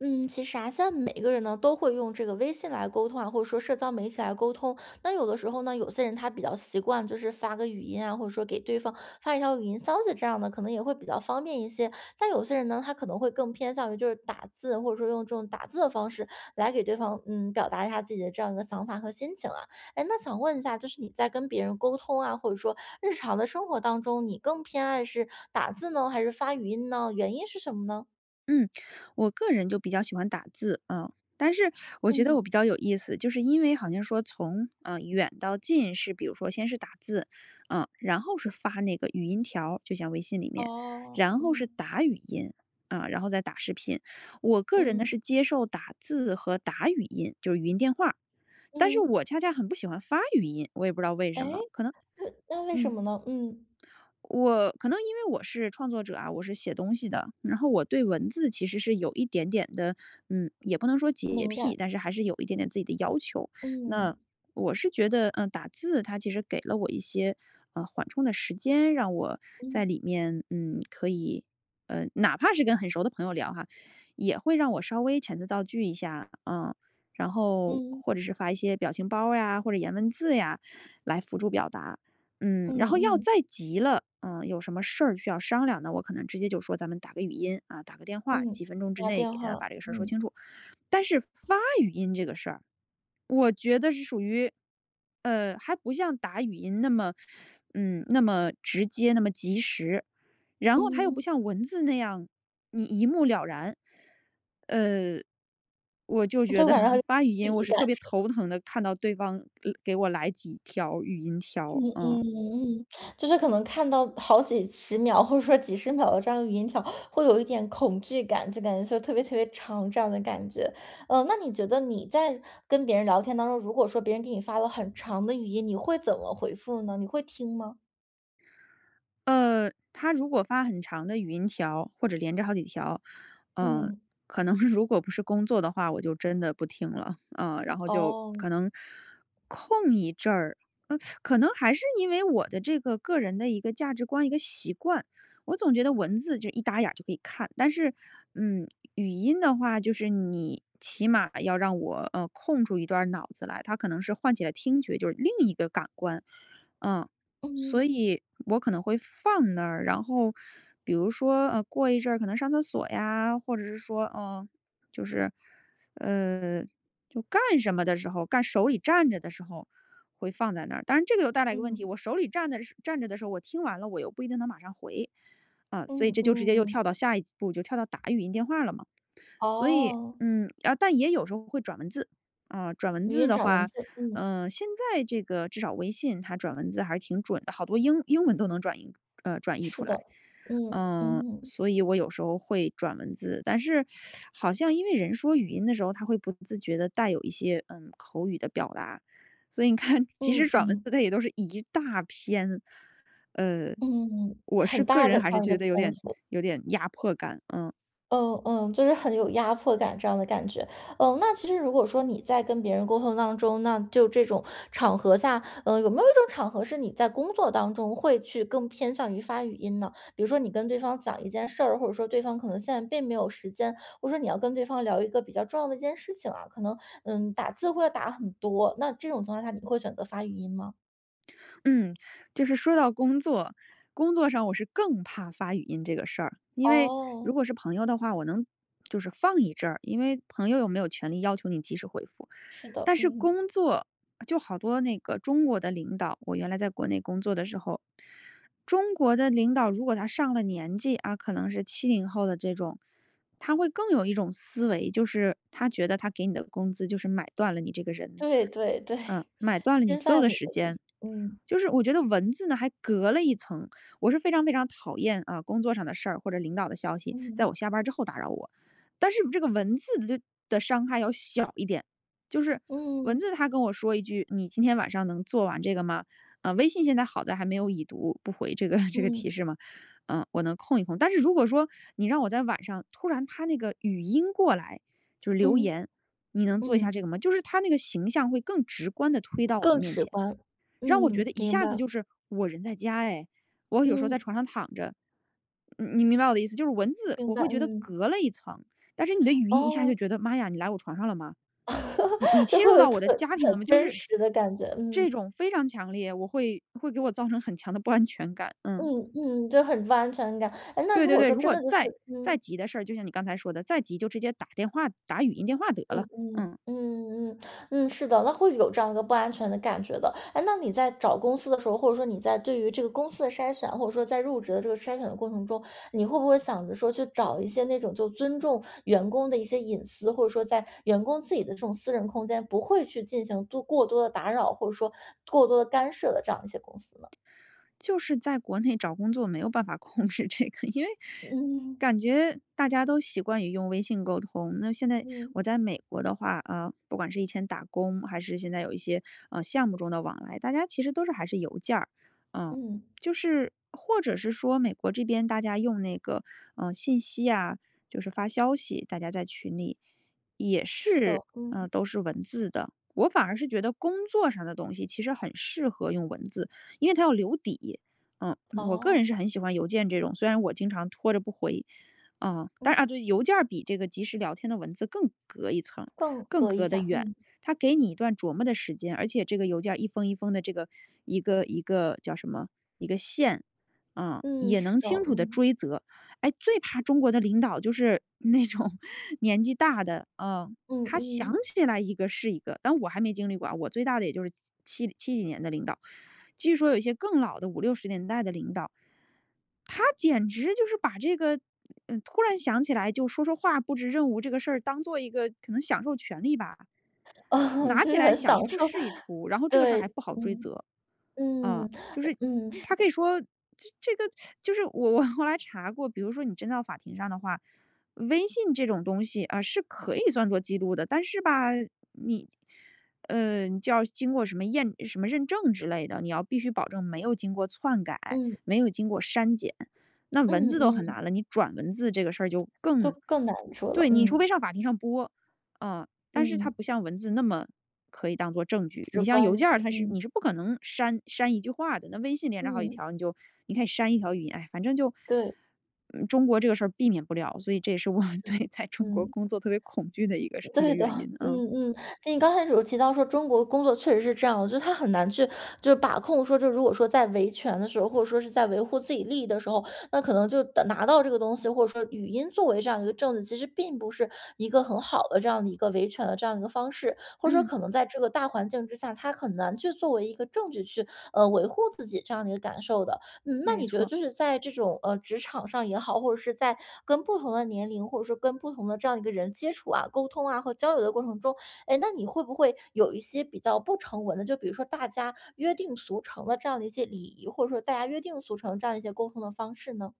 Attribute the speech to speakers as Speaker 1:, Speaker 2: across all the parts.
Speaker 1: 嗯，其实啊，现在每个人呢都会用这个微信来沟通啊，或者说社交媒体来沟通。那有的时候呢，有些人他比较习惯就是发个语音啊，或者说给对方发一条语音消息这样的，可能也会比较方便一些。但有些人呢，他可能会更偏向于就是打字，或者说用这种打字的方式来给对方表达一下自己的这样一个想法和心情啊。哎，那想问一下，就是你在跟别人沟通啊，或者说日常的生活当中，你更偏爱是打字呢，还是发语音呢？原因是什么呢？
Speaker 2: 嗯，我个人就比较喜欢打字，嗯，但是我觉得我
Speaker 1: 嗯
Speaker 2: 比较有意思，就是因为好像说从远到近是，比如说先是打字，嗯，然后是发那个语音条，就像微信里面，
Speaker 1: 哦，
Speaker 2: 然后是
Speaker 1: 嗯，
Speaker 2: 打语音啊，然后再打视频。我个人呢
Speaker 1: 嗯，
Speaker 2: 是接受打字和打语音，就是语音电话，但是
Speaker 1: 嗯，
Speaker 2: 我恰恰很不喜欢发语音，我也不知道为
Speaker 1: 哎，
Speaker 2: 什么，可能
Speaker 1: 那为什
Speaker 2: 嗯。
Speaker 1: 么呢？嗯，
Speaker 2: 我可能因为我是创作者啊，我是写东西的，然后我对文字其实是有一点点的，嗯，也不能说洁
Speaker 1: 敏感，
Speaker 2: 癖，但是还是有一点点自己的要求。
Speaker 1: 嗯，
Speaker 2: 那我是觉得，嗯、打字它其实给了我一些缓冲的时间，让我在
Speaker 1: 嗯，
Speaker 2: 里面，嗯，可以，哪怕是跟很熟的朋友聊哈，也会让我稍微遣词造句一下，嗯，然后
Speaker 1: 嗯，
Speaker 2: 或者是发一些表情包呀，或者颜文字呀，来辅助表达。嗯，
Speaker 1: 嗯
Speaker 2: 然后要
Speaker 1: 嗯
Speaker 2: 再急了，嗯，有什么事儿需要商量呢？我可能直接就说咱们打个语音啊，打个电话，几
Speaker 1: 嗯，
Speaker 2: 分钟之
Speaker 1: 打
Speaker 2: 内
Speaker 1: 电
Speaker 2: 给他
Speaker 1: 话，
Speaker 2: 把这个事儿说
Speaker 1: 嗯，
Speaker 2: 清楚。但是发语音这个事儿，我觉得是属于，还不像打语音那么，嗯，那么直接，那么及时，然后它又不
Speaker 1: 嗯，
Speaker 2: 像文字那样，你一目了然。呃，我就觉
Speaker 1: 就
Speaker 2: 得
Speaker 1: 感觉很有
Speaker 2: 发语
Speaker 1: 距
Speaker 2: 音我
Speaker 1: 离
Speaker 2: 是
Speaker 1: 感，
Speaker 2: 特别头疼的，看到对方给我来几条语音条，
Speaker 1: 嗯
Speaker 2: 嗯。
Speaker 1: 嗯嗯，就是可能看到好几十秒或者说几十秒的这样语音条，会有一点恐惧感，就感觉说特别特别长这样的感觉。嗯，那你觉得你在跟别人聊天当中，如果说别人给你发了很长的语音，你会怎么回复呢？你会听吗？
Speaker 2: 他如果发很长的语音条，或者连着好几条，嗯、
Speaker 1: 嗯，
Speaker 2: 可能 如果不是工作的话，我就真的不听了，嗯、然后就
Speaker 1: 哦，
Speaker 2: 可能空一阵儿，嗯、可能还是因为我的这个个人的一个价值观、一个习惯，我总觉得文字就一打眼儿就可以看，但是，嗯，语音的话，就是你起码要让我空出一段儿脑子来，它可能是唤起了听觉，就是另一个感官，嗯。所
Speaker 1: 嗯
Speaker 2: 以我可能会放那儿，然后比如说，过一阵儿可能上厕所呀，或者是说，嗯，呃，呃就干什么的时候，干手里站着的时候会放在那儿。当然，这个又带来一个问题，
Speaker 1: 嗯
Speaker 2: 我手里站的是站着的时候，我听完了，我又不一定能马上回，啊，所以
Speaker 1: 嗯
Speaker 2: 这就直接又
Speaker 1: 嗯，
Speaker 2: 跳到下一步，就跳到打语音电话了嘛。所以，
Speaker 1: 哦，
Speaker 2: 嗯，啊，但也有时候会转文字，啊，转文
Speaker 1: 语
Speaker 2: 字
Speaker 1: 音
Speaker 2: 的
Speaker 1: 转文
Speaker 2: 话，
Speaker 1: 字，嗯，
Speaker 2: 嗯、现在这个至少微信它转文字还是挺准的，好多英文都能转译，转译
Speaker 1: 是
Speaker 2: 出
Speaker 1: 的，
Speaker 2: 来。
Speaker 1: 嗯
Speaker 2: 嗯、
Speaker 1: 嗯
Speaker 2: 所以我有时候会转文字，但是好像因为人说语音的时候，他会不自觉的带有一些口语的表达，所以你看，即使
Speaker 1: 嗯
Speaker 2: 转文
Speaker 1: 嗯
Speaker 2: 字，它也都是一大篇。呃，
Speaker 1: 嗯，
Speaker 2: 我是
Speaker 1: 很
Speaker 2: 个
Speaker 1: 大的
Speaker 2: 人还
Speaker 1: 这
Speaker 2: 是
Speaker 1: 样一个
Speaker 2: 觉得有
Speaker 1: 篇
Speaker 2: 点
Speaker 1: 幅。
Speaker 2: 压迫感，嗯。
Speaker 1: 嗯嗯，就是很有压迫感这样的感觉。嗯，那其实如果说你在跟别人沟通当中，那就这种场合下，有没有一种场合是你在工作当中会去更偏向于发语音呢？比如说你跟对方讲一件事儿，或者说对方可能现在并没有时间，或者说你要跟对方聊一个比较重要的一件事情啊，可能打字会要打很多，那这种情况下你会选择发语音吗？
Speaker 2: 嗯，就是说到工作，工作上我是更怕发语音这个事儿，因为如
Speaker 1: 哦，
Speaker 2: 果是朋友的话，我能就是放一阵儿，因为朋友又没有权利要求你及时回复。
Speaker 1: 是的，
Speaker 2: 但是
Speaker 1: 嗯，
Speaker 2: 工作就好多那个中国的领导，我原来在国内工作的时候，中国的领导如果他上了年纪啊，可能是七零后的这种，他会更有一种思维，就是他觉得他给你的工资就是买断了你这个人，
Speaker 1: 对对对，
Speaker 2: 嗯，买断了你
Speaker 1: 侵
Speaker 2: 所有
Speaker 1: 犯
Speaker 2: 的
Speaker 1: 你
Speaker 2: 时
Speaker 1: 的自
Speaker 2: 间。
Speaker 1: 己，嗯
Speaker 2: 就是我觉得文字呢还隔了一层，我是非常非常讨厌啊、工作上的事儿或者领导的消息，在
Speaker 1: 嗯
Speaker 2: 我下班之后打扰我，但是这个文字的伤害要小一点，就是文
Speaker 1: 嗯。
Speaker 2: 字他跟我说一句你今天晚上能做完这个吗？啊、微信现在好在还没有已读不回这个 这个
Speaker 1: 嗯
Speaker 2: 提示嘛，嗯、我能空一空。但是如果说你让我在晚上突然他那个语音过来就是留
Speaker 1: 嗯
Speaker 2: 言，你能做一下这
Speaker 1: 嗯，
Speaker 2: 个吗？就是他那个形象会更直观的推到我的
Speaker 1: 更
Speaker 2: 面
Speaker 1: 直
Speaker 2: 前，
Speaker 1: 观。
Speaker 2: 让我觉得
Speaker 1: 嗯，
Speaker 2: 一
Speaker 1: 明
Speaker 2: 下子
Speaker 1: 白。
Speaker 2: 就是我人在家哎，我有时候在
Speaker 1: 嗯，
Speaker 2: 床上躺着，嗯，你明白我的意思？就是文字
Speaker 1: 明
Speaker 2: 我
Speaker 1: 白，
Speaker 2: 会觉得
Speaker 1: 嗯。
Speaker 2: 隔了一层，但是你的语音一下就
Speaker 1: 哦，
Speaker 2: 觉得妈呀，你来我床上了吗？你
Speaker 1: 就
Speaker 2: 侵
Speaker 1: 会
Speaker 2: 入
Speaker 1: 有
Speaker 2: 到我的家庭了
Speaker 1: 很
Speaker 2: 吗？就
Speaker 1: 真
Speaker 2: 是
Speaker 1: 实的感觉，
Speaker 2: 这
Speaker 1: 嗯，
Speaker 2: 种非常强烈，会给我造成很强的不安全感。嗯，
Speaker 1: 嗯嗯，就很不安全感。哎，那
Speaker 2: 对
Speaker 1: 如
Speaker 2: 对
Speaker 1: 果
Speaker 2: 对，
Speaker 1: 说
Speaker 2: 如
Speaker 1: 真
Speaker 2: 果
Speaker 1: 的就是。
Speaker 2: 再急的事儿，就像你刚才说的，再急就直接打电话打语音电话得
Speaker 1: 嗯
Speaker 2: 了。
Speaker 1: 嗯
Speaker 2: 嗯。
Speaker 1: 嗯嗯嗯，是的，那会有这样一个不安全的感觉的。哎，那你在找公司的时候，或者说你在对于这个公司的筛选，或者说在入职的这个筛选的过程中，你会不会想着说去找一些那种就尊重员工的一些隐私，或者说在员工自己的这种私人空间，不会去进行多过多的打扰，或者说过多的干涉的这样一些公司呢？
Speaker 2: 就是在国内找工作没有办法控制这个，因为
Speaker 1: 嗯
Speaker 2: 感觉大家都习惯于用微信沟通。那现在
Speaker 1: 嗯
Speaker 2: 我在美国的话，不管是以前打工，还是现在有一些项目中的往来，大家其实都是还是邮件儿，嗯、
Speaker 1: 嗯，
Speaker 2: 就是或者是说美国这边大家用那个信息啊，就是发消息，大家在群里也
Speaker 1: 是的，
Speaker 2: 是嗯、
Speaker 1: 嗯，
Speaker 2: 都是文字的。我反而是觉得工作上的东西其实很适合用文字，因为他要留底。嗯，我个
Speaker 1: 哦，
Speaker 2: 人是很喜欢邮件这种，虽然我经常拖着不回。啊，当
Speaker 1: 嗯，
Speaker 2: 然啊，对，邮件儿比这个即时聊天的文字更隔一层，
Speaker 1: 更
Speaker 2: 更
Speaker 1: 隔一
Speaker 2: 隔得
Speaker 1: 下，
Speaker 2: 远。
Speaker 1: 嗯
Speaker 2: 他给你一段琢磨的时间，而且这个邮件儿一封一封的这个一个一个叫什么一个线，啊、
Speaker 1: 嗯，
Speaker 2: 也
Speaker 1: 是
Speaker 2: 能
Speaker 1: 的，
Speaker 2: 清楚的
Speaker 1: 嗯
Speaker 2: 追责。哎，最怕中国的领导就是那种 年纪大的，啊、
Speaker 1: 嗯
Speaker 2: 他想
Speaker 1: 嗯。
Speaker 2: 起来一个是一个，但我还没经历过啊我最大的也就是七几年的领导。据说有一些更老的五六十年代的领导，他简直就是把这个，嗯，突然想起来就说说话、布置任务这个事儿当做一个可能享受权利吧，
Speaker 1: 啊，
Speaker 2: 拿
Speaker 1: 就
Speaker 2: 起
Speaker 1: 是
Speaker 2: 来
Speaker 1: 很
Speaker 2: 想一
Speaker 1: 享
Speaker 2: 出
Speaker 1: 受。
Speaker 2: 是一出，然后这个事儿还
Speaker 1: 对，
Speaker 2: 不好追
Speaker 1: 嗯，
Speaker 2: 责。啊，
Speaker 1: 嗯，
Speaker 2: 就是
Speaker 1: 嗯，是
Speaker 2: 他可
Speaker 1: 的，
Speaker 2: 以说这个就是我我后来查过，比如说你真到法庭上的话，微信这种东西啊，是可以算作记录的，但是吧，你，你就要经过什么验、什么认证之类的，你要必须保证没有经过篡改，
Speaker 1: 嗯，
Speaker 2: 没有经过删减。那文
Speaker 1: 嗯
Speaker 2: 字都很
Speaker 1: 嗯，
Speaker 2: 难了，你转文字这个事儿就
Speaker 1: 就
Speaker 2: 更，
Speaker 1: 更难说了，
Speaker 2: 对，你除非
Speaker 1: 嗯，
Speaker 2: 上法庭上播，啊、但是它
Speaker 1: 嗯，
Speaker 2: 不像文字那么可以当做证据。
Speaker 1: 直
Speaker 2: 你像邮
Speaker 1: 观一
Speaker 2: 件
Speaker 1: 些，
Speaker 2: 儿，它是
Speaker 1: 嗯，
Speaker 2: 你是不可能删一句话的。那微信连着好几
Speaker 1: 嗯，
Speaker 2: 条，你就你可以删一条语音，哎，反正就，
Speaker 1: 对，
Speaker 2: 嗯，中国这个事儿避免不了，所以这也是我 对在中国
Speaker 1: 嗯。
Speaker 2: 工作特别恐惧的一个
Speaker 1: 对的，
Speaker 2: 原因。
Speaker 1: 嗯
Speaker 2: 啊。
Speaker 1: 嗯，你刚开始有提到说中国工作确实是这样的，就是他很难去就是把控说，就如果说在维权的时候，或者说是在维护自己利益的时候，那可能就得拿到这个东西，或者说语音作为这样一个证据，其实并不是一个很好的这样的一个维权的这样一个方式，或者说
Speaker 2: 嗯，
Speaker 1: 可能在这个大环境之下，他很难去作为一个证据去维护自己这样的一个感受的。嗯，那
Speaker 2: 没
Speaker 1: 你觉得
Speaker 2: 错。
Speaker 1: 就是在这种，职场上也好，或者是在跟不同的年龄，或者说跟不同的这样一个人接触啊、沟通啊和交流的过程中，诶，那你会不会有一些比较不成文的，就比如说大家约定俗成的这样的一些礼仪，或者说大家约定俗成这样一些沟通的方式呢？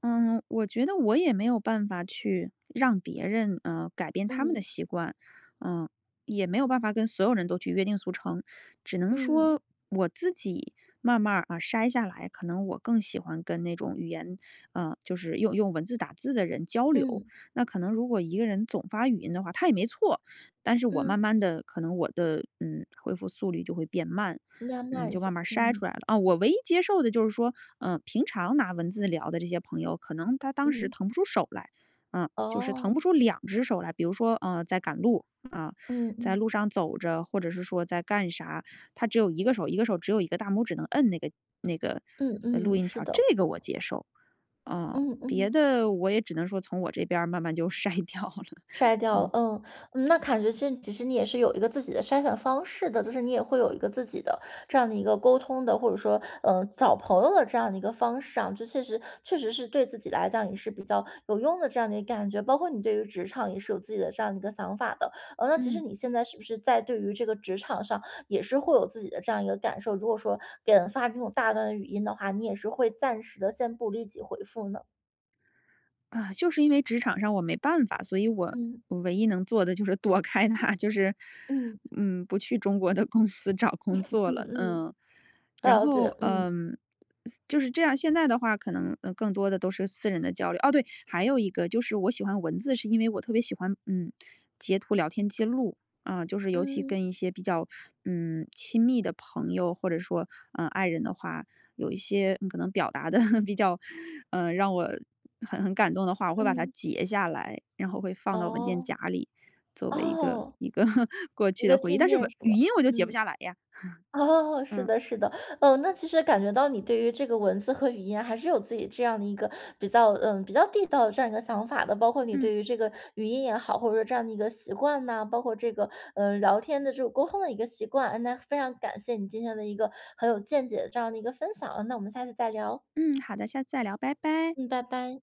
Speaker 2: 嗯，我觉得我也没有办法去让别人，嗯，改变他们的
Speaker 1: 嗯，
Speaker 2: 习惯，嗯，也没有办法跟所有人都去约定俗成，只能说
Speaker 1: 嗯，
Speaker 2: 我自己慢慢儿啊筛下来，可能我更喜欢跟那种语言，就是用文字打字的人交流。
Speaker 1: 嗯，
Speaker 2: 那可能如果一个人总发语音的话，他也没错，但是我
Speaker 1: 嗯，
Speaker 2: 慢慢的，可能我的恢复速率就会变慢，
Speaker 1: 慢
Speaker 2: 嗯，
Speaker 1: 慢
Speaker 2: 就慢
Speaker 1: 是
Speaker 2: 慢筛出
Speaker 1: 嗯，
Speaker 2: 来了啊。我唯一接受的就是说，嗯、平常拿文字聊的这些朋友，可能他当时
Speaker 1: 嗯，
Speaker 2: 腾不出手来，嗯、就是腾
Speaker 1: 哦，
Speaker 2: 不出两只手来。比如说，嗯，在赶路啊、
Speaker 1: 嗯
Speaker 2: 在路
Speaker 1: 嗯，
Speaker 2: 上走着，或者是说在干啥，他只有一个手，一个手只有一个大拇指能摁那个
Speaker 1: 嗯
Speaker 2: 录
Speaker 1: 嗯，
Speaker 2: 音
Speaker 1: 是
Speaker 2: 条，
Speaker 1: 的，
Speaker 2: 这个我接受。嗯、
Speaker 1: 嗯
Speaker 2: 别
Speaker 1: 嗯。
Speaker 2: 的我也只能说从我这边儿慢慢就 筛掉了。
Speaker 1: 筛掉了，
Speaker 2: 嗯
Speaker 1: 嗯，嗯，那感觉其实你也是有一个自己的筛选方式的，就是你也会有一个自己的这样的一个沟通的，或者说，找朋友的这样的一个方式啊，就确实确实是对自己来讲也是比较有用的这样的一个感觉，包括你对于职场也是有自己的这样的一个想法的，那其实
Speaker 2: 嗯
Speaker 1: 你现在是不是在对于这个职场上也是会有自己的这样一个感受？如果说给人发这种大段的语音的话，你也是会暂时的先不立即回复呢？
Speaker 2: 啊，就是因为职场上我没办法，所以
Speaker 1: 嗯
Speaker 2: 我唯一能做的就是躲开他，就是，
Speaker 1: 嗯
Speaker 2: 嗯，不去中国的公司找工作
Speaker 1: 嗯
Speaker 2: 了，
Speaker 1: 嗯，
Speaker 2: 嗯，然
Speaker 1: 了
Speaker 2: 后
Speaker 1: 解，嗯
Speaker 2: 嗯，就是这样。现在的话，可能更多的都是私人的交流。哦，对，还有一个就是我喜欢文字，是因为我特别喜欢截图聊天记录啊、就是尤其
Speaker 1: 嗯。
Speaker 2: 跟一些比较亲密的朋友或者说嗯、爱人的话，有一些嗯可能表达的 比较，嗯、让我很感动的话，我会把它
Speaker 1: 嗯，
Speaker 2: 截下来，然后会放到文件
Speaker 1: 哦，
Speaker 2: 夹里，作为
Speaker 1: 哦，
Speaker 2: 一个 过
Speaker 1: 一
Speaker 2: 去
Speaker 1: 个
Speaker 2: 的回忆。
Speaker 1: 纪
Speaker 2: 但是文
Speaker 1: 念是
Speaker 2: 语
Speaker 1: 吗？
Speaker 2: 音我就截不
Speaker 1: 嗯，
Speaker 2: 下来呀。
Speaker 1: 哦，是
Speaker 2: 嗯
Speaker 1: 的，是的，哦，那其实感觉到你对于这个文字和语言还是有自己这样的一个比较，比较地道的这样一个想法的，包括你
Speaker 2: 嗯
Speaker 1: 对于这个语音也好，或者说这样的一个习惯呐、包括这个聊天的这种沟通的一个习惯，哎那非常感谢你今天的一个很有见解的这样的一个分享，那我们下次再聊，
Speaker 2: 嗯，好的，下次再聊，拜拜。
Speaker 1: 嗯，拜拜。